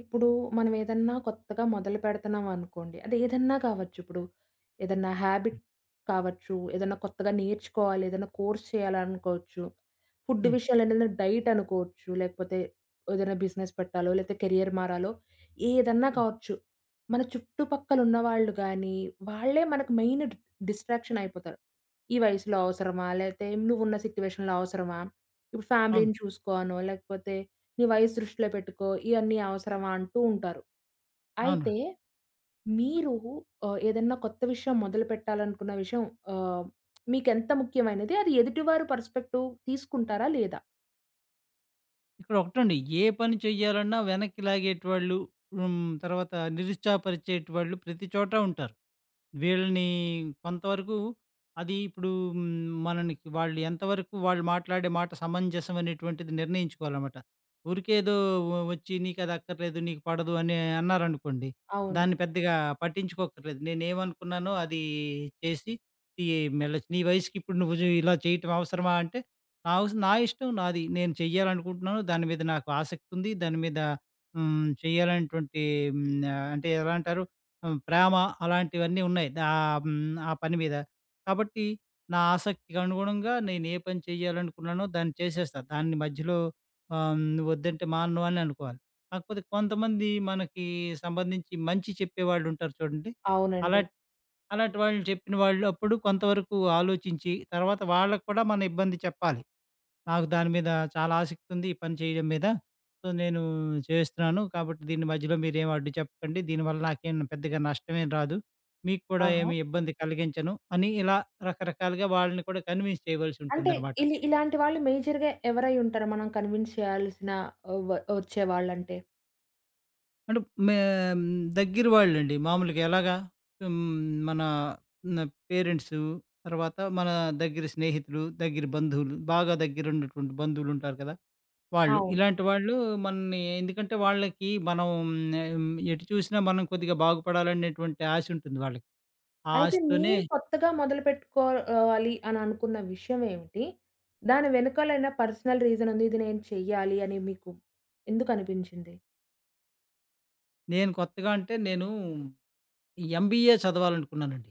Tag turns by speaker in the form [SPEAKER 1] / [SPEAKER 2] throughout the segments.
[SPEAKER 1] ఇప్పుడు మనం ఏదన్నా కొత్తగా మొదలు పెడుతున్నాం అనుకోండి. అది ఏదన్నా కావచ్చు. ఇప్పుడు ఏదన్నా హ్యాబిట్ కావచ్చు, ఏదన్నా కొత్తగా నేర్చుకోవాలి, ఏదన్నా కోర్స్ చేయాలనుకోవచ్చు. ఫుడ్
[SPEAKER 2] హ్మ్.
[SPEAKER 1] విషయాలు ఏదైనా డైట్ అనుకోవచ్చు, లేకపోతే ఏదైనా బిజినెస్ పెట్టాలో, లేతే కెరియర్ మారాలో ఏదన్నా
[SPEAKER 2] హ్మ్.
[SPEAKER 1] కావచ్చు. మన చుట్టుపక్కల ఉన్నవాళ్ళు గానీ, వాళ్ళే మనకు మెయిన్ డిస్ట్రాక్షన్ అయిపోతారు. ఈ వయసులో అవసరమా? లేతే నువ్వున్న సిట్యుయేషన్‌లో అవసరమా? ఇప్పుడు
[SPEAKER 2] అవును.
[SPEAKER 1] ఫ్యామిలీని చూసుకో అనో, లేకపోతే నీ వయసు దృష్టిలో పెట్టుకో. ఇయన్నీ అవసరమా అంటూ ఉంటారు.
[SPEAKER 2] అవునండి.
[SPEAKER 1] అయితే మీరు ఏదన్నా కొత్త విషయం మొదలుపెట్టాలనుకున్న విషయం ఆహ్, మీకెంత ముఖ్యమైనది? అది ఎదుటివారు పర్స్పెక్టివ్ తీసుకుంటారా లేదా?
[SPEAKER 2] ఇక్కడ ఒకటండి, ఏ పని చెయ్యాలన్నా వెనక్కి లాగేటివాళ్ళు, హ్మ్. తర్వాత నిరుత్సాహపరిచేటివాళ్ళు ప్రతి చోట ఉంటారు. వీళ్ళని కొంతవరకు అది ఇప్పుడు మననికి వాళ్ళు ఎంతవరకు మాట్లాడే మాట సమంజసం అనేటువంటిది నిర్ణయించుకోవాలన్నమాట. ఊరికే ఏదో వచ్చి "నీకు అది అక్కర్లేదు, నీకు పడదు" అని అన్నారనుకోండి,
[SPEAKER 1] అవును.
[SPEAKER 2] దాన్ని పెద్దగా పట్టించుకోక్కర్లేదు. నేనేమనుకున్నానో అది చేసి తి మెళ్ళొచ్చు. "నీ వయసుకి ఇప్పుడు నువ్వు ఇలా చేయటం అవసరమా?" అంటే నా ఇష్టం నాది. నేను చెయ్యాలనుకుంటున్నాను. దాని మీద నాకు ఆసక్తుంది. దాని మీద చేయాలనేటువంటి, హ్మ్, అంటే ఎలా అంటారు? ప్రేమ అలాంటివన్నీ ఉన్నాయి ఆహ్, హ్మ్. ఆ పని మీద. కాబట్టి నా ఆసక్తికి అనుగుణంగా నేను ఏ పని చేయాలనుకున్నానో దాన్ని చేసేస్తా. దాన్ని మధ్యలో ఆహ్, హ్మ్. వద్దంటే మానను అని అనుకోవాలి. కాకపోతే కొంతమంది మనకి సంబంధించి మంచి చెప్పేవాళ్ళుంటారు చూడండి.
[SPEAKER 1] అవునండి.
[SPEAKER 2] అలాట్ అలాంటి వాళ్ళు చెప్పిన వాళ్ళు అప్పుడు కొంతవరకు ఆలోచించి తర్వాత వాళ్ళకి కూడా మన ఇబ్బంది చెప్పాలి. నాకు దాని మీద చాలా ఆసక్తి ఉంది, ఈ పని చేయడం మీద. సో, నేను చేస్తున్నాను. కాబట్టి దీని మధ్యలో మీరేం అడ్డు చెప్పకండి. దీనివల్ల నాకేం పెద్దగా నష్టమేం రాదు. మీకు కూడా
[SPEAKER 1] ఆహా!
[SPEAKER 2] ఏమి ఇబ్బంది కలిగించను అని ఇలా రకరకాలుగా వాళ్ళని కూడా కన్విన్స్ చేయవలసి
[SPEAKER 1] అంటే
[SPEAKER 2] ఉంటుందనమాట.
[SPEAKER 1] ఇలాంటి వాళ్ళు మేజర్‌గా ఎవరై ఉంటారు? మనం కన్విన్స్ చేయాల్సిన వచ్చేవాళ్ళంటే?
[SPEAKER 2] అంటే మే దగ్గర వాళ్ళండి. మామూలుగా ఎలాగా మన న పేరెంట్సు, తర్వాత మన దగ్గర స్నేహితులు, దగ్గర బంధువులు, బాగా దగ్గరున్నటువంటి బంధువులుంటారు కదా! వాళ్ళు.
[SPEAKER 1] అవును.
[SPEAKER 2] ఇలాంటి వాళ్ళు మనని, ఎందుకంటే వాళ్ళకి మనం ఎటు చూసినా మనం కొద్దిగా బాగుపడాలనేటువంటి ఆశ ఉంటుంది వాళ్ళకి. ఆ
[SPEAKER 1] అయితే
[SPEAKER 2] ఆశతోనే
[SPEAKER 1] మీరు కొత్తగా మొదలుపెట్టుకో వాలి అని అనుకున్న విషయం ఏమిటి? దాని వెనకాల ఏమైనా పర్సనల్ రీజన్ ఉంది. ఇది నేను చెయ్యాలి అని మీకు ఎందుకు అనిపించింది?
[SPEAKER 2] నేను కొత్తగా అంటే నేను ఎంబీఏ చదవాలనుకున్నానండి.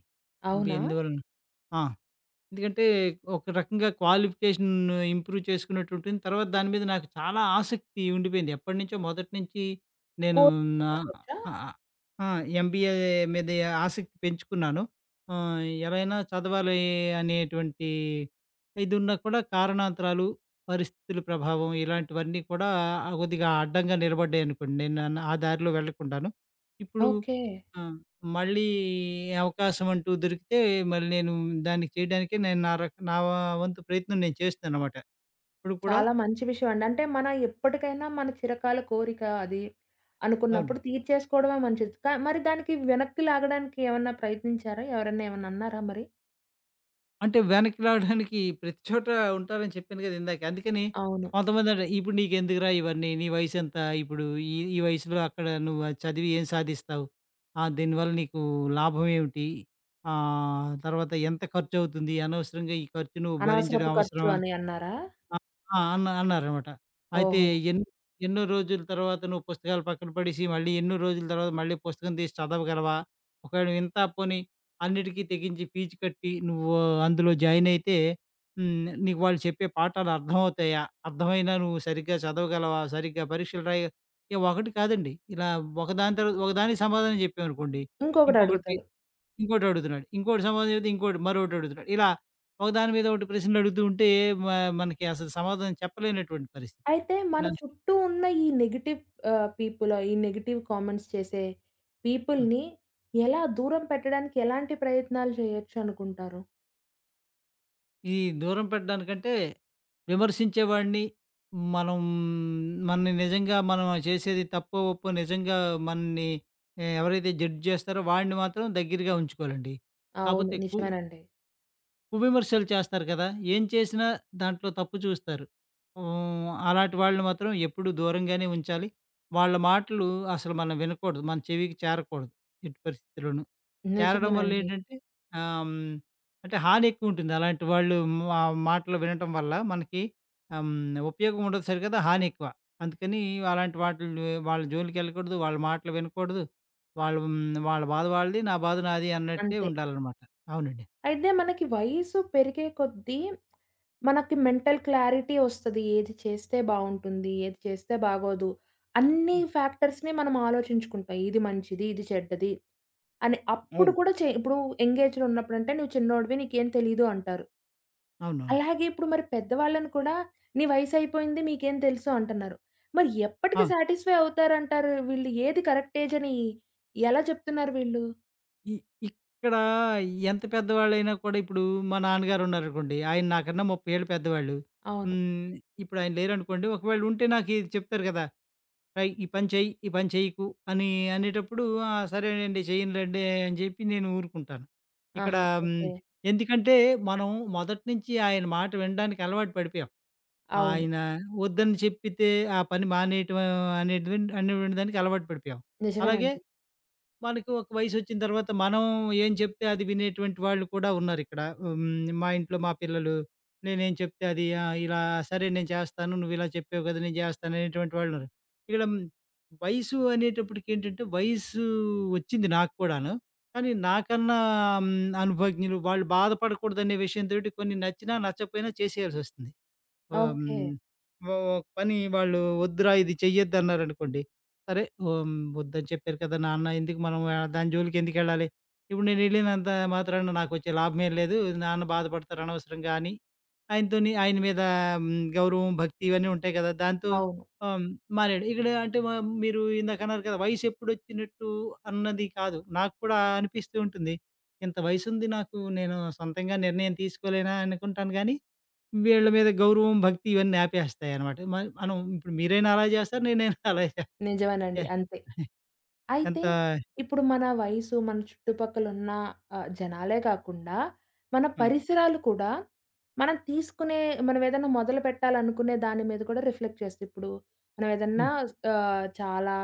[SPEAKER 2] ఎంబీఏ
[SPEAKER 1] అవునా?
[SPEAKER 2] ఎందువలన ఆ! ఎందుకంటే, ఒక రకంగా క్వాలిఫికేషన్ ఇంప్రూవ్ చేసుకున్నట్టు ఉంటుంది. తర్వాత దాని మీద నాకు చాలా ఆసక్తి ఉండిపోయింది. ఎప్పటినుంచో మొదటి నుంచి నేను
[SPEAKER 1] కోర్
[SPEAKER 2] నా
[SPEAKER 1] చెప్పొచ్చా?
[SPEAKER 2] ఆ! ఆ! ఎంబీఏ మీద ఆసక్తి పెంచుకున్నాను. ఆహ్, ఎలైనా చదవాలి అనేటువంటి ఇదున్నా కూడా, కారణాంతరాలు, పరిస్థితుల ప్రభావం ఇలాంటివన్నీ కూడా ఆ కొద్దిగా అడ్డంగా నిలబడ్డాయనుకోండి. నేను ఆ దారిలో వెళ్ళకుండాను. ఇప్పుడు
[SPEAKER 1] ఓకే.
[SPEAKER 2] ఆ! మళ్ళీ అవకాశం అంటూ దొరికితే మళ్ళీ నేను దానికి చేయడానికే నేను నా వంతు ప్రయత్నం నేను చేస్తున్నానన్నమాట. ఇప్పుడు కూడా
[SPEAKER 1] చాలా మంచి విషయం అండి. అంటే మన ఎప్పటికైనా మన చిరకాల కోరిక అది అనుకున్నప్పుడు
[SPEAKER 2] అవునండి.
[SPEAKER 1] తీర్చేసుకోవడమే మంచిది. మరి దానికి వెనక్కి లాగడానికి ఏమన్నా ప్రయత్నించారా? ఎవరన్నా ఏమన్నా అన్నారా మరి?
[SPEAKER 2] అంటే వెనక్కి లాగడానికి ప్రతి చోట ఉంటారని చెప్పాను కదా ఇందాక. అందుకని
[SPEAKER 1] అవును.
[SPEAKER 2] కొంతమందంటారు, "ఇప్పుడు నీకెందుకురా ఇవన్నీ? నీ వయసెంత? ఇప్పుడు ఈ ఈ వయసులో అక్కడ నువ్వు అది చదివి ఏం సాధిస్తావు? దీనివల్ల నీకు లాభం ఏమిటి? తర్వాత ఎంత ఖర్చవుతుంది? అనవసరంగా ఈ ఖర్చు నువ్వు భరించడం
[SPEAKER 1] అనవసరపు ఖర్చు
[SPEAKER 2] అవసరమా?"
[SPEAKER 1] అని అన్నారా?
[SPEAKER 2] ఆ! ఆ! అన్న అన్నారనమాట. అయితే
[SPEAKER 1] ఓహో!
[SPEAKER 2] ఎన్ ఎన్నో రోజుల తర్వాత నువ్వు పుస్తకాలు పక్కన పడేసి, మళ్ళీ ఎన్నో రోజుల తర్వాత మళ్ళీ పుస్తకం తీసి చదవగలవా? ఒకవేళ వింతా పోనీ అన్నిటికీ తెగించి ఫీజు కట్టి నువ్వు అందులో జాయిన్ అయితే, నీకు వాళ్ళు చెప్పే పాఠాలు అర్థమవుతాయా? అర్థమైనా నువ్వు సరిగ్గా చదవగలవా? సరిగ్గా పరీక్షలు రాయ ఒకటి కాదండి. ఇలా ఒకదాని తర్వాత ఒకదానికి సమాధానం చెప్పామనుకోండి,
[SPEAKER 1] ఇంకొకటి
[SPEAKER 2] ఇంకొకటి
[SPEAKER 1] అడుగుతారు.
[SPEAKER 2] ఇంకోటడుగుతున్నాడు. ఇంకోటి సమాధానం చెబితే ఇంకోటి మరొకటడుగుతున్నాడు. ఇలా ఒకదాని మీద ఒకటి ప్రశ్నలడుగుతూ ఉంటే మ మనకి అసలు సమాధానం చెప్పలేనటువంటి పరిస్థితి.
[SPEAKER 1] అయితే మన
[SPEAKER 2] నా
[SPEAKER 1] చుట్టూ ఉన్న ఈ నెగెటివ్ పీపుల్ ఈ నెగెటివ్ కామెంట్స్ చేసే
[SPEAKER 2] హ్మ్.
[SPEAKER 1] పీపుల్‌ని ఎలా దూరం పెట్టడానికి ఎలాంటి ప్రయత్నాలు చేయొచ్చు అనుకుంటారు?
[SPEAKER 2] ఈ దూరం పెట్టడానికంటే విమర్శించేవాడిని మనం, మనని నిజంగా మనం చేసేది తప్పో, ఒప్పో నిజంగా మనని ఎవరైతే జడ్జ్ చేస్తారో వాడిని మాత్రం దగ్గరగా ఉంచుకోవాలండి.
[SPEAKER 1] అవును.
[SPEAKER 2] కాపోతే
[SPEAKER 1] నిజమేనండి.
[SPEAKER 2] విమర్శలు చేస్తారు కదా! ఏం చేసినా దాంట్లో తప్పు చూస్తారు. అలాంటి వాళ్ళని మాత్రం ఎప్పుడూ దూరంగానే ఉంచాలి. వాళ్ళ మాటలు అసలు మనం వినకూడదు. మన చెవికి చేరకూడదు ఎట్టి పరిస్థితిలోనూ. చేరడం
[SPEAKER 1] నిజమేనండి.
[SPEAKER 2] వల్లేంటంటే ఆహ్, హ్మ్. అంటే హాని ఎక్కువుంటుంది. అలాంటి వాళ్ళు మా మాటలు వినటం వల్ల మనకి ఆహ్, హ్మ్. ఉపయోగం ఉండదు సరి కదా! హాని ఎక్కువ. అందుకని అలాంటి వాటిల్ని వాళ్ళ జోలికెళ్ళకూడదు. వాళ్ళ మాటలు వినకూడదు. వాళ్ళు వాళ్ళ బాధ వాళ్ళది. నా బాధ నాది అన్నట్టే
[SPEAKER 1] అంతే.
[SPEAKER 2] ఉండాలనమాట. అవునండి.
[SPEAKER 1] అయితే మనకి వయసు పెరిగే కొద్దీ మనకి మెంటల్ క్లారిటీ ఒస్తది. ఏది చేస్తే బావుంటుంది? ఏది చేస్తే బాగోదు? అన్ని
[SPEAKER 2] హ్మ్.
[SPEAKER 1] ఫ్యాక్టర్స్‌ని మనం ఆలోచించుకుంటాం. ఇది మంచిది. ఇది చెడ్డది. అని అప్పుడు
[SPEAKER 2] అవును.
[SPEAKER 1] కూడా ఇప్పుడు ఎంగేజ్‌లో ఉన్నప్పుడంటే నువ్వు చిన్నోడివి నీకేం తెలీదు అంటారు.
[SPEAKER 2] అవునవును.
[SPEAKER 1] అలాగే ఇప్పుడు మరి పెద్దవాళ్ళని కూడా "నీ వయసయిపోయింది మీకేం తెలుసు" అంటున్నారు. మరి ఎప్పటికి
[SPEAKER 2] అవును.
[SPEAKER 1] సాటిస్ఫై అవుతారంటారు? వీళ్ళు ఏది కరెక్ట్ ఏజ్ అని ఎలా చెప్తున్నారు వీళ్ళు?
[SPEAKER 2] ఇ ఇక్కడ ఎంత పెద్దవాళ్ళైనా కూడా, ఇప్పుడు మా నాన్నగారున్నారనుకోండి, ఆయన నాకన్నా 30 ఏళ్ళు పెద్దవాళ్ళు.
[SPEAKER 1] అవును.
[SPEAKER 2] హ్మ్. ఇప్పుడు ఆయన లేరనుకోండి, ఒకవేళ ఉంటే నాకు ఇది చెప్తారు కదా! "రేయ్! ఈ పని చెయ్యి, ఈ పని చెయ్యకు" అని అనేటప్పుడు "ఆ! సరేనండి చెయ్యనులెండి" అని చెప్పి నేను ఊరుకుంటాను. ఇక్కడ
[SPEAKER 1] ఆహా!
[SPEAKER 2] హ్మ్,
[SPEAKER 1] ఓకే.
[SPEAKER 2] ఎందుకంటే మనం మొదటి నుంచి ఆయన మాట వినడానికి అలవాటు పడిపోయాం.
[SPEAKER 1] అవును.
[SPEAKER 2] ఆయన వద్దని చెప్పితే ఆ పని మానేయటం అనేటువంటి అనేటువంటి దానికి అలవాటు పడిపోయాం. అలాగే
[SPEAKER 1] నిజమేనండి.
[SPEAKER 2] మనకు ఒక వయసొచ్చిన తర్వాత మనం ఏం చెప్తే అది వినేటువంటి వాళ్ళు కూడా ఉన్నారిక్కడ. మా ఇంట్లో మా పిల్లలు నేనేం చెప్తే అది ఇలా సరే నేను చేస్తాను. నువ్విలా చెప్పావు కదా! నేను చేస్తాను అనేటువంటి వాళ్ళున్నారు. ఇక్కడ వయసు అనేటప్పటికేంటంటే వయసు వచ్చింది నాకు కూడాను. కానీ నాకన్నా హ్మ్. అనుభవజ్ఞులు వాళ్ళు బాధపడకూడదనే విషయంతోటి కొన్ని నచ్చినా, నచ్చకపోయినా చేసేయాల్సొస్తుంది. ఓహ్!
[SPEAKER 1] ఓకే.
[SPEAKER 2] హ్మ్. ఒక పని వాళ్ళు వద్దురా! ఇది చెయ్యొద్దన్నారనుకోండి. సరే. ఓహ్! హ్మ్. వద్దని చెప్పారు కదా! నాన్న, ఎందుకు మనం దాని జోలికెందుకెళ్ళాలి? ఇప్పుడు నేనెళ్ళినంత మాత్రాన నాకొచ్చే లాభమేం లేదు. నాన్న బాధపడతారు అనవసరంగా అని, ఆయనతోని ఆయన మీద హ్మ్, గౌరవం, భక్తి ఇవన్నీ ఉంటాయి కదా! దాంతో
[SPEAKER 1] అవును.
[SPEAKER 2] ఆహ్, హ్మ్, మానేయడం. ఇక్కడ అంటే మీరు ఇందాకన్నారు కదా! వయసెప్పుడొచ్చినట్టు అన్నది కాదు. నాకు కూడా అనిపిస్తూ ఉంటుంది. ఇంత వయసుంది నాకు. నేను సొంతంగా నిర్ణయం తీసుకోలేనా అనుకుంటాను గానీ వీళ్ళ మీద గౌరవం, భక్తి ఇవన్నీ ఆపేస్తాయనమాట. మరి మనం ఇప్పుడు మీరైనా అలా చేస్తారు. నేనైనా అలా చే
[SPEAKER 1] నిజమేనండి. అంతే. అయితే,
[SPEAKER 2] ఎంత
[SPEAKER 1] ఇప్పుడు మన వయసు, మన చుట్టుపక్కలున్న జనాలే కాకుండా, మన
[SPEAKER 2] హ్మ్.
[SPEAKER 1] పరిసరాలు కూడా, మనం తీసుకునే మనం ఏదైనా మొదలు పెట్టాలనుకునే దాని మీద కూడా రిఫ్లెక్ట్ చేస్తాయి. ఇప్పుడు మనం ఏదన్నా
[SPEAKER 2] హ్మ్.
[SPEAKER 1] ఆహ్, చాలా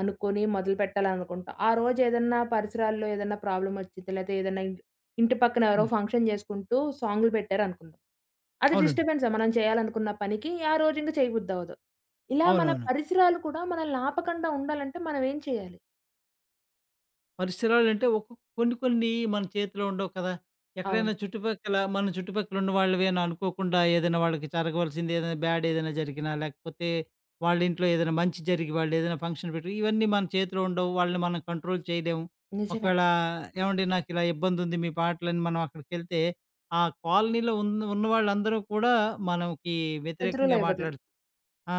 [SPEAKER 1] అనుకోని మొదలు పెట్టాలనుకుంటాం. ఆ రోజు ఏదన్నా పరిసరాల్లో ఏదన్నా ప్రాబ్లమ్ వచ్చిద్ది, లేతే ఏదన్నా ఇంటి పక్కన ఎవరో
[SPEAKER 2] హ్మ్.
[SPEAKER 1] ఫంక్షన్ చేసుకుంటూ సాంగులు పెట్టారనుకుందాం. అది
[SPEAKER 2] అవునండి.
[SPEAKER 1] డిస్టర్బెన్సే మనం చేయాలనుకున్న పనికి, ఆ రోజు ఇంక చేయబుద్దవ్వదు. ఇలా మన
[SPEAKER 2] అవునవును.
[SPEAKER 1] పరిసరాలు కూడా మనల్ని ఆపకుండా ఉండాలంటే మనం ఏం చేయాలి?
[SPEAKER 2] పరిసరాలంటే కొన్ని కొన్ని మన చేతిలో ఉండవు కదా!
[SPEAKER 1] అవును.
[SPEAKER 2] ఎక్కడైనా మన చుట్టుపక్కల ఉన్న వాళ్ళవే అని అనుకోకుండా ఏదైనా వాళ్ళకి జరగవలసింది ఏదైనా బ్యాడ్ ఏదైనా జరిగినా, లేకపోతే వాళ్ళ ఇంట్లో ఏదైనా మంచి జరిగి వాళ్ళేదైనా ఫంక్షన్ పెట్టి, ఇవన్నీ మన చేతిలో ఉండవు. వాళ్ళని మనం కంట్రోల్ చేయలేము.
[SPEAKER 1] నిజమే.
[SPEAKER 2] ఒకవేళ "ఏవండీ నాకిలా ఇబ్బందుంది మీ పాటలని" మనం అక్కడికెళ్తే, ఆ కాలనీలో ఉన్నవాళ్ళందరూ కూడా మనకి వ్యతిరేకంగా
[SPEAKER 1] శత్రువులైపోతారు.
[SPEAKER 2] మాట్లాడుతారు. ఆ!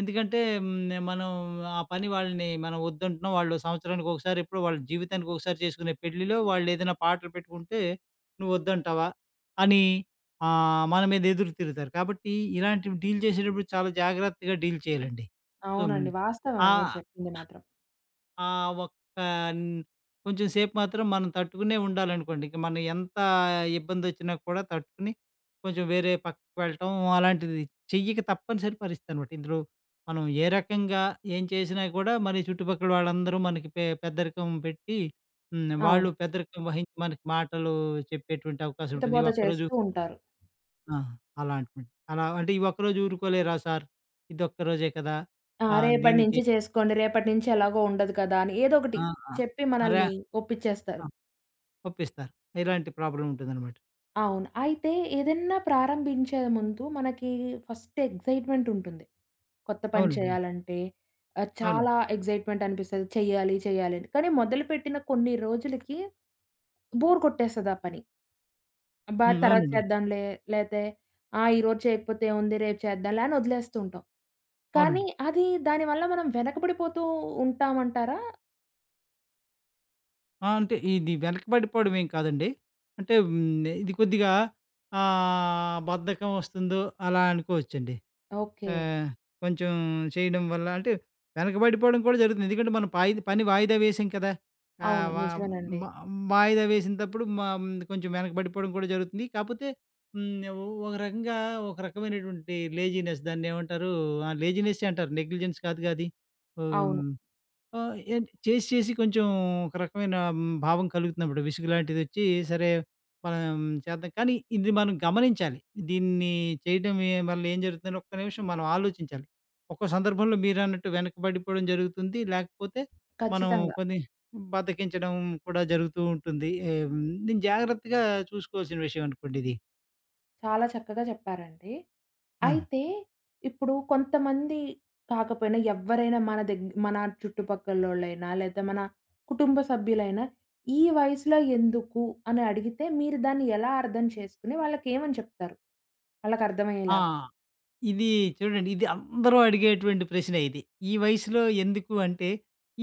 [SPEAKER 2] ఎందుకంటే మనం ఆ పని వాళ్ళని మనం వద్దంటున్నాం. వాళ్ళు సంవత్సరానికి ఒకసారి ఎప్పుడో, వాళ్ళ జీవితానికి ఒకసారి చేసుకునే పెళ్ళిలో వాళ్ళేదైనా పాటలు పెట్టుకుంటే, "నువ్వొద్దంటావా?" అని మన మీద ఎదురు తిరుగుతారు. కాబట్టి ఇలాంటివి డీల్ చేసేటప్పుడు చాలా జాగ్రత్తగా డీల్ చేయాలండి. సో, హ్మ్,
[SPEAKER 1] అవునండి. వాస్తవమే
[SPEAKER 2] ఆ!
[SPEAKER 1] మీరు చెప్పింది మాత్రం.
[SPEAKER 2] ఆ ఒక్క న్ కొంచెం సేపు మాత్రం మనం తట్టుకునే ఉండాలనుకోండి. ఇంక మనం ఎంత ఇబ్బందొచ్చినా కూడా తట్టుకుని, కొంచెం వేరే పక్కకి వెళ్ళటం అలాంటిది చెయ్యక తప్పనిసరి పరిస్థితనమాట. ఇందులో మనం ఏ రకంగా ఏం చేసినా కూడా మన చుట్టుపక్కల వాళ్ళందరూ మనకి పెద్దరికం పెట్టి వాళ్ళు
[SPEAKER 1] అవును.
[SPEAKER 2] పెద్దరికం వహించి మనకి మాటలు చెప్పేటువంటి అవకాశం ఉంటుంది. ఈ
[SPEAKER 1] హితబోధ
[SPEAKER 2] ఒక్కరోజు
[SPEAKER 1] చేస్తూ ఉంటారు.
[SPEAKER 2] ఆ! అలా అంటున్నాను. అలా అంటే ఈ ఒక్కరోజు ఊరుకోలేరా సార్? ఇదొక్కరోజే కదా!
[SPEAKER 1] ఆ! రేపటి
[SPEAKER 2] దీనికి
[SPEAKER 1] నుంచి చేసుకోండి. రేపటి నుంచి ఎలాగో ఉండదు కదా! అని ఏదో ఒకటి
[SPEAKER 2] ఆ! ఆ!
[SPEAKER 1] చెప్పి
[SPEAKER 2] అరే
[SPEAKER 1] మనల్ని ఒప్పించేస్తారు.
[SPEAKER 2] ఒప్పిస్తారు. ఇలాంటి ప్రాబ్లమ్ ఉంటుందనమాట.
[SPEAKER 1] అవును. అయితే ఏదన్నా ప్రారంభించే ముందు మనకి ఫస్ట్ ఎక్సైట్‌మెంట్ ఉంటుంది. కొత్త పని
[SPEAKER 2] అవునండి. అవును.
[SPEAKER 1] చేయాలంటే
[SPEAKER 2] అవునండి.
[SPEAKER 1] చాలా ఎక్సైట్‌మెంట్ అనిపిస్తది. చెయ్యాలి, చెయ్యాలి అని. కానీ మొదలుపెట్టిన కొన్ని రోజులకి బోర్ కొట్టేస్తది ఆ పని. అబ్బా! తర్వాత
[SPEAKER 2] అవునండి.
[SPEAKER 1] చేద్దాంలే. లేతే ఆ! ఈరోజు చేయకపోతే ఏముంది రేపు చేద్దాంలే అని వదిలేస్తూ ఉంటాం. కానీ
[SPEAKER 2] అవునండి.
[SPEAKER 1] అది దానివల్ల మనం వెనకబడిపోతూ ఉంటామంటారా?
[SPEAKER 2] ఆ! అంటే ఇది వెనకబడిపోవడం ఏం కాదండి. అంటే ఇది కొద్దిగా బద్ధకం వస్తుందో అలా అనుకోవచ్చండి.
[SPEAKER 1] ఓకే.
[SPEAKER 2] ఆహ్, కొంచెం చేయడం వల్ల అంటే వెనకబడిపోవడం కూడా జరుగుతుంది. ఎందుకంటే మనం పాయిదా పని వాయిదా వేసాం కదా!
[SPEAKER 1] అవును.
[SPEAKER 2] ఆహ్, వ
[SPEAKER 1] నిజమేనండి.
[SPEAKER 2] మ వాయిదా వేసినప్పుడు కొంచెం వెనకబడిపోవడం కూడా జరుగుతుంది. కాపోతే హ్మ్. ఓ ఒక రకంగా ఒక రకమైనటువంటి లేజీనెస్, దాన్నేమంటారు? ఆ! లేజీనెస్సే అంటారు. నెగ్లిజెన్స్ కాదుగా అది.
[SPEAKER 1] అవును.
[SPEAKER 2] హ్మ్. ఏంటి చేసి చేసి కొంచెం ఒక రకమైన భావం కలుగుతున్నప్పుడు విసుగు లాంటిదొచ్చి సరే మనం చేద్దాం. కానీ ఇది మనం గమనించాలి. దీన్ని చేయడం వల్ల ఏం జరుగుతుందని ఒక్క నిమిషం మనం ఆలోచించాలి. ఒక్కో సందర్భంలో మీరన్నట్టు వెనకబడిపోవడం జరుగుతుంది. లేకపోతే మనం
[SPEAKER 1] ఖచ్చితంగా.
[SPEAKER 2] కొన్ని బద్ధకించడం కూడా జరుగుతూ ఉంటుంది. దీన్ని జాగ్రత్తగా చూసుకోవాల్సిన విషయం అనుకోండి ఇది.
[SPEAKER 1] చాలా చక్కగా చెప్పారండి.
[SPEAKER 2] అవును.
[SPEAKER 1] అయితే ఇప్పుడు కొంతమంది కాకపోయినా ఎవ్వరైనా మన మన చుట్టుపక్కలోళ్ళైనా లేదా మన కుటుంబ సభ్యులైనా ఈ వయసులో ఎందుకు అని అడిగితే మీరు దాన్ని ఎలా అర్థం చేసుకొని వాళ్ళకేమని చెప్తారు? వాళ్ళకి
[SPEAKER 2] ఆ!
[SPEAKER 1] అర్థమయ్యేలాగా?
[SPEAKER 2] ఇది చూడండి. ఇది అందరూ అడిగేటువంటి ప్రశ్నే ఇది. ఈ వయసులో ఎందుకు అంటే,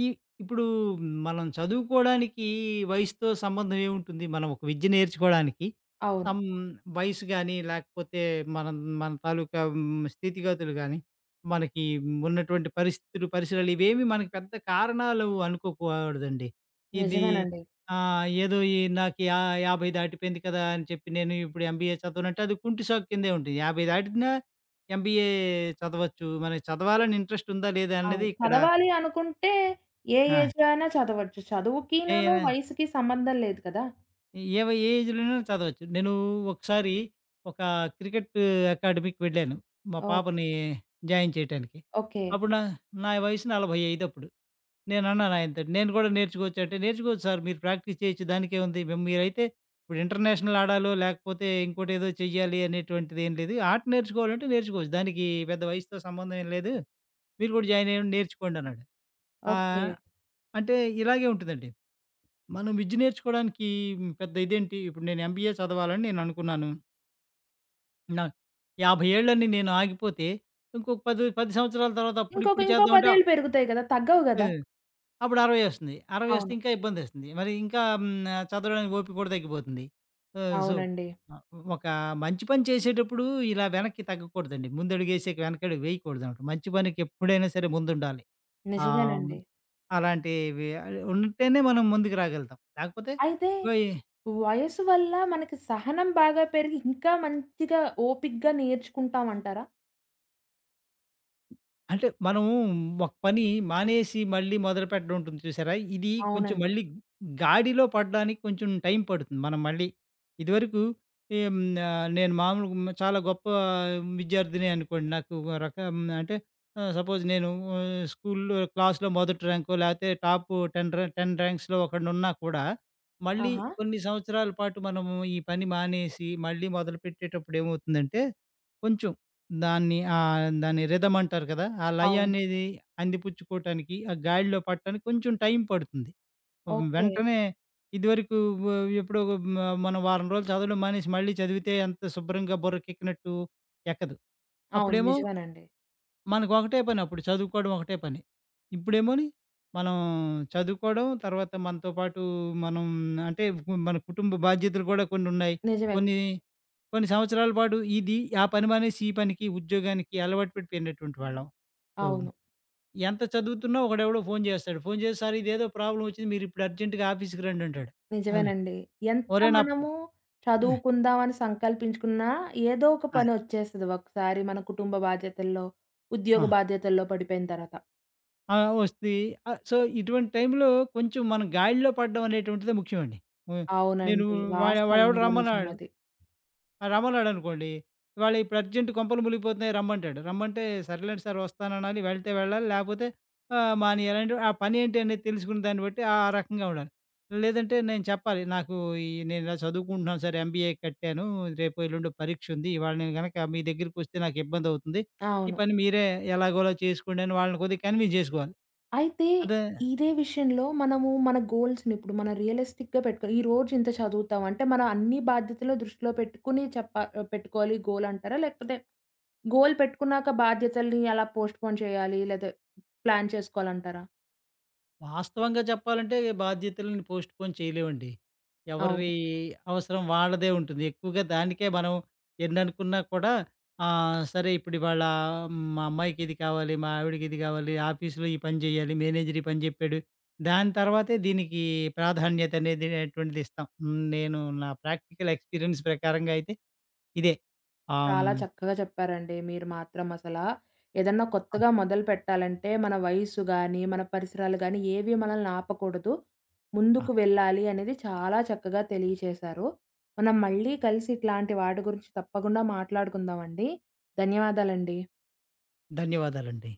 [SPEAKER 2] ఈ ఇప్పుడు మనం చదువుకోడానికి వయసుతో సంబంధం ఏముంటుంది? మనం ఒక విద్య నేర్చుకోడానికి
[SPEAKER 1] అవును.
[SPEAKER 2] సమ్ వయసు గాని, లేకపోతే మనం మన తాలూకా స్థితిగతులు గాని, మనకి ఉన్నటువంటి పరిస్థితులు, పరిసరాలు ఇవేమి మనకి పెద్ద కారణాలు అనుకోకూడదండి. ఇది
[SPEAKER 1] నిజమేనండి.
[SPEAKER 2] ఏదో ఈ నాకు 50 దాటిపోయింది కదా! అని చెప్పి నేను ఇప్పుడు ఎంబీఏ చదవనంటే అది కుంటి సాకు కిందే ఉంటుంది. 50 దాటినా ఎంబీఏ చదవచ్చు. మనకి చదవాలని ఇంట్రెస్ట్ ఉందా? లేదా?
[SPEAKER 1] అవును.
[SPEAKER 2] అనేది ఇక్కడ
[SPEAKER 1] చదవాలి అనుకుంటే ఏ
[SPEAKER 2] ఆ!
[SPEAKER 1] ఏజ్‌లో అయినా చదవచ్చు.
[SPEAKER 2] ఏ
[SPEAKER 1] చదువుకినూను,
[SPEAKER 2] ఏ
[SPEAKER 1] వయసుకి సంబంధం లేదు కదా!
[SPEAKER 2] ఏ ఏజ్‌లోనైనా చదవచ్చు. నేను ఒకసారి ఒక క్రికెట్ అకాడమీకి వెళ్ళాను, మా
[SPEAKER 1] ఓహ్!
[SPEAKER 2] పాపని జాయిన్ చేయటానికి.
[SPEAKER 1] ఓకే.
[SPEAKER 2] అప్పుడు నా నా వయసు 45 అప్పుడు. నేనన్నాను ఆయనతోటి, "నేను కూడా నేర్చుకోవచ్చా?" అంటే, "నేర్చుకోవచ్చు సార్. మీరు ప్రాక్టీస్ చేయొచ్చు. దానికేముంది. మీరైతే ఇప్పుడు ఇంటర్నేషనల్ ఆడాలో, లేకపోతే ఇంకోటేదో చెయ్యాలి అనేటువంటిదేం లేదు. ఆట నేర్చుకోవాలంటే నేర్చుకోవచ్చు. దానికి పెద్ద వయసుతో సంబంధం ఏం లేదు. మీరు కూడా జాయిన్ అయ్యండి నేర్చుకోండన్నాడు."
[SPEAKER 1] ఓకే.
[SPEAKER 2] ఆహ్, అంటే ఇలాగే ఉంటుందండి. మనం విద్య నేర్చుకోవడానికి పెద్ద ఇదేంటి, ఇప్పుడు నేను ఎంబీఏ చదవాలని నేననుకున్నాను. నా 50 ఏళ్ళని నేను ఆగిపోతే, ఇంకొక 10, 10 సంవత్సరాల తర్వాత అప్పుడు ఇప్పుడు
[SPEAKER 1] ఇంకో
[SPEAKER 2] చేద్దామంటే,
[SPEAKER 1] 10 ఏళ్ళు పెరుగుతాయి కదా! తగ్గవు గదా!
[SPEAKER 2] హ్మ్. అప్పుడు 60 వస్తుంది. 60 వస్తే
[SPEAKER 1] అవును.
[SPEAKER 2] ఇంకా ఇబ్బందేస్తుంది. మరి ఇంకా చదవడానికి ఓపిక కూడా తగ్గిపోతుంది. సో,
[SPEAKER 1] అవునండి.
[SPEAKER 2] ఆహ్, ఒక మంచి పని చేసేటప్పుడు ఇలా వెనక్కి తగ్గకూడదండి. ముందడుగేసాక వెనకడుగు వేయకూడదనమాట. మంచి పనికి ఎప్పుడైనా సరే ముందుండాలి. ఆహ్, హ్మ్.
[SPEAKER 1] నిజమేనండి.
[SPEAKER 2] అలాంటివి ఉంటేనే మనం ముందుకు రాగలుగుతాం. లేకపోతే
[SPEAKER 1] అయితే
[SPEAKER 2] పోయి
[SPEAKER 1] వయసు వల్ల మనకి సహనం బాగా పెరిగి ఇంకా మంచిగా ఓపికగా నేర్చుకుంటామంటారా?
[SPEAKER 2] అంటే మనము ఒక పని మానేసి మళ్ళీ మొదలుపెట్టడం ఉంటుంది చూసారా? ఇది కొంచెం
[SPEAKER 1] అవునండి.
[SPEAKER 2] మళ్ళీ గాడిలో పడడానికి కొంచెం టైం పడుతుంది. మనం మళ్ళీ ఇదివరకు ఏం నేను మామూలుగా చాలా గొప్ప విద్యార్థినే అనుకోండి. నాకు ఒక రకం అంటే సపోజ్ నేను స్కూల్‌లో క్లాస్‌లో మొదటి ర్యాంకో లేకపోతే టాప్ 10 10 ర్యాంక్స్‌లో ఒకడినున్నా కూడా మళ్ళీ
[SPEAKER 1] ఆహా!
[SPEAKER 2] కొన్ని సంవత్సరాల పాటు మనము ఈ పని మానేసి మళ్ళీ మొదలుపెట్టేటప్పుడు ఏమవుతుందంటే కొంచెం దాన్ని దాన్ని రిథమ్ అంటారు కదా! ఆ లయ
[SPEAKER 1] అవును.
[SPEAKER 2] అనేది అందిపుచ్చుకోవటానికి, ఆ గాడిలో పడటానికి కొంచెం టైం పడుతుంది.
[SPEAKER 1] ఓకే.
[SPEAKER 2] వెంటనే ఇదివరకు వ ఎప్పుడో ఒక మ మనం వారం రోజులు చదవడం మానేసి మళ్ళీ చదివితే ఎంత శుభ్రంగా బుర్రకెక్కినట్టు ఎక్కదు.
[SPEAKER 1] అవును.
[SPEAKER 2] అప్పుడేమో
[SPEAKER 1] నిజమేనండి.
[SPEAKER 2] మనకు ఒకటే పని అప్పుడు, చదువుకోవడం ఒకటే పని. ఇప్పుడేమోని మనం చదువుకోవడం, తర్వాత మనతో పాటు మనం అంటే మన కుటుంబ బాధ్యతలు కూడా కొన్నున్నాయి.
[SPEAKER 1] నిజమే.
[SPEAKER 2] కొన్ని, కొన్ని సంవత్సరాల పాటు ఇది ఆ పని మానేసి ఈ పనికి, ఉద్యోగానికి అలవాటు పడిపోయినటువంటి వాళ్ళం. సో,
[SPEAKER 1] అవును.
[SPEAKER 2] ఎంత చదువుతున్నా ఒకడెవడో ఫోను చేస్తాడు. ఫోను చేసి "సార్ ఇదేదో ప్రాబ్లమ్ వచ్చింది. మీరిప్పుడు అర్జెంట్‌గా ఆఫీస్‌కి రండి" అంటాడు. ఆ!
[SPEAKER 1] నిజమేనండి. ఎంత
[SPEAKER 2] ఒరేయ్ నా
[SPEAKER 1] మనము
[SPEAKER 2] ఆ!
[SPEAKER 1] చదువుకుందాం అని సంకల్పించుకున్నా, ఏదో ఒక
[SPEAKER 2] ఆ!
[SPEAKER 1] పని ఒచ్చేస్తది ఒకసారి మన కుటుంబ బాధ్యతల్లో, ఉద్యోగ
[SPEAKER 2] ఆ!
[SPEAKER 1] బాధ్యతల్లో పడిపోయిన తర్వాత.
[SPEAKER 2] ఆ! వస్తది. సో, ఇటువంటి టైంలో కొంచెం మనం గాడిలో పడడం అనేటువంటిదే ముఖ్యమండి. హ్మ్. నేను
[SPEAKER 1] అవునండి.
[SPEAKER 2] వాడెవడో
[SPEAKER 1] వాస్తవంగా
[SPEAKER 2] రమ్మన్నాడు.
[SPEAKER 1] నిజమది.
[SPEAKER 2] రమ్మన్నాడనుకోండి, ఇవాళ ఇప్పుడు అర్జెంట్ కొంపలు మునిగిపోతున్నాయి రమ్మంటాడు. రమ్మంటే సర్లేండి సార్ వస్తాననాలి, వెళ్తే వెళ్ళాలి, లేకపోతే మానేయాలంటే ఆ పనేంటి అనేది తెలుసుకున్న దాన్ని బట్టి ఆ ఆ రకంగా ఉండాలి. లేదంటే నేను చెప్పాలి నాకు నేను ఇలా చదువుకుంటున్నాను సార్, ఎంబీఏ కట్టాను, రేపో ఎల్లుండో పరీక్షుంది. ఇవాళ నేను గనక మీ దగ్గరికొస్తే నాకు ఇబ్బందవుతుంది. ఈ
[SPEAKER 1] అవును.
[SPEAKER 2] పని మీరే ఎలాగోలా చేసుకోండి అని వాళ్ళని కొద్దిగా కన్విన్స్ జేసుకోవాలి.
[SPEAKER 1] అయితే
[SPEAKER 2] అదే
[SPEAKER 1] ఇదే విషయంలో మనము మన గోల్స్‌ని ఇప్పుడు మనం రియలిస్టిక్‌గా పెట్టుకొని ఈ రోజు ఇంత చదువుతాం అంటే, మన అన్ని బాధ్యతలు దృష్టిలో పెట్టుకొని పెట్టుకోవాలి గోల్ అంటారా? లేకపోతే గోల్ పెట్టుకున్నాక బాధ్యతల్ని అలా పోస్ట్‌పోన్ చేయాలి లేదా ప్లాన్ చేసుకోవాలంటారా?
[SPEAKER 2] వాస్తవంగా చెప్పాలంటే బాధ్యతలను పోస్ట్‌పోన్ చేయలేమండి.
[SPEAKER 1] అవును.
[SPEAKER 2] ఎవరి అవసరం వాళ్ళదే ఉంటుంది. ఎక్కువగా దానికే మనం ఎన్ననుకున్నా కూడా సరే ఇప్పుడు ఇవాళ మా అమ్మాయికి ఇది కావాలి, మా ఆవిడకి ఇది కావాలి, ఆఫీస్‌లో ఈ పని చేయాలి, మేనేజర్ ఈ పని చెప్పాడు. దాని తర్వాతే దీనికి ప్రాధాన్యత అనేది అటువంటిది ఇస్తాం. నేను నా ప్రాక్టికల్ ఎక్స్‌పీరియన్స్ ప్రకారంగా అయితే ఇదే. ఆహ్,
[SPEAKER 1] చాలా
[SPEAKER 2] హ్మ్.
[SPEAKER 1] చక్కగా చెప్పారండి మీరు మాత్రం అసల. ఏదన్నా
[SPEAKER 2] అవును.
[SPEAKER 1] కొత్తగా మొదలు పెట్టాలంటే మన వయసు గానీ, మన పరిసరాలు గానీ ఏవి మనల్ని ఆపకూడదు.
[SPEAKER 2] ఆ!
[SPEAKER 1] ముందుకు వెళ్ళాలి అనేది చాలా చక్కగా తెలియచేశారు. మనం మళ్ళీ కలిసి ఇట్లాంటి వాటి గురించి తప్పకుండా మాట్లాడుకుందామండి. ధన్యవాదాలండి.
[SPEAKER 2] ధన్యవాదాలండి.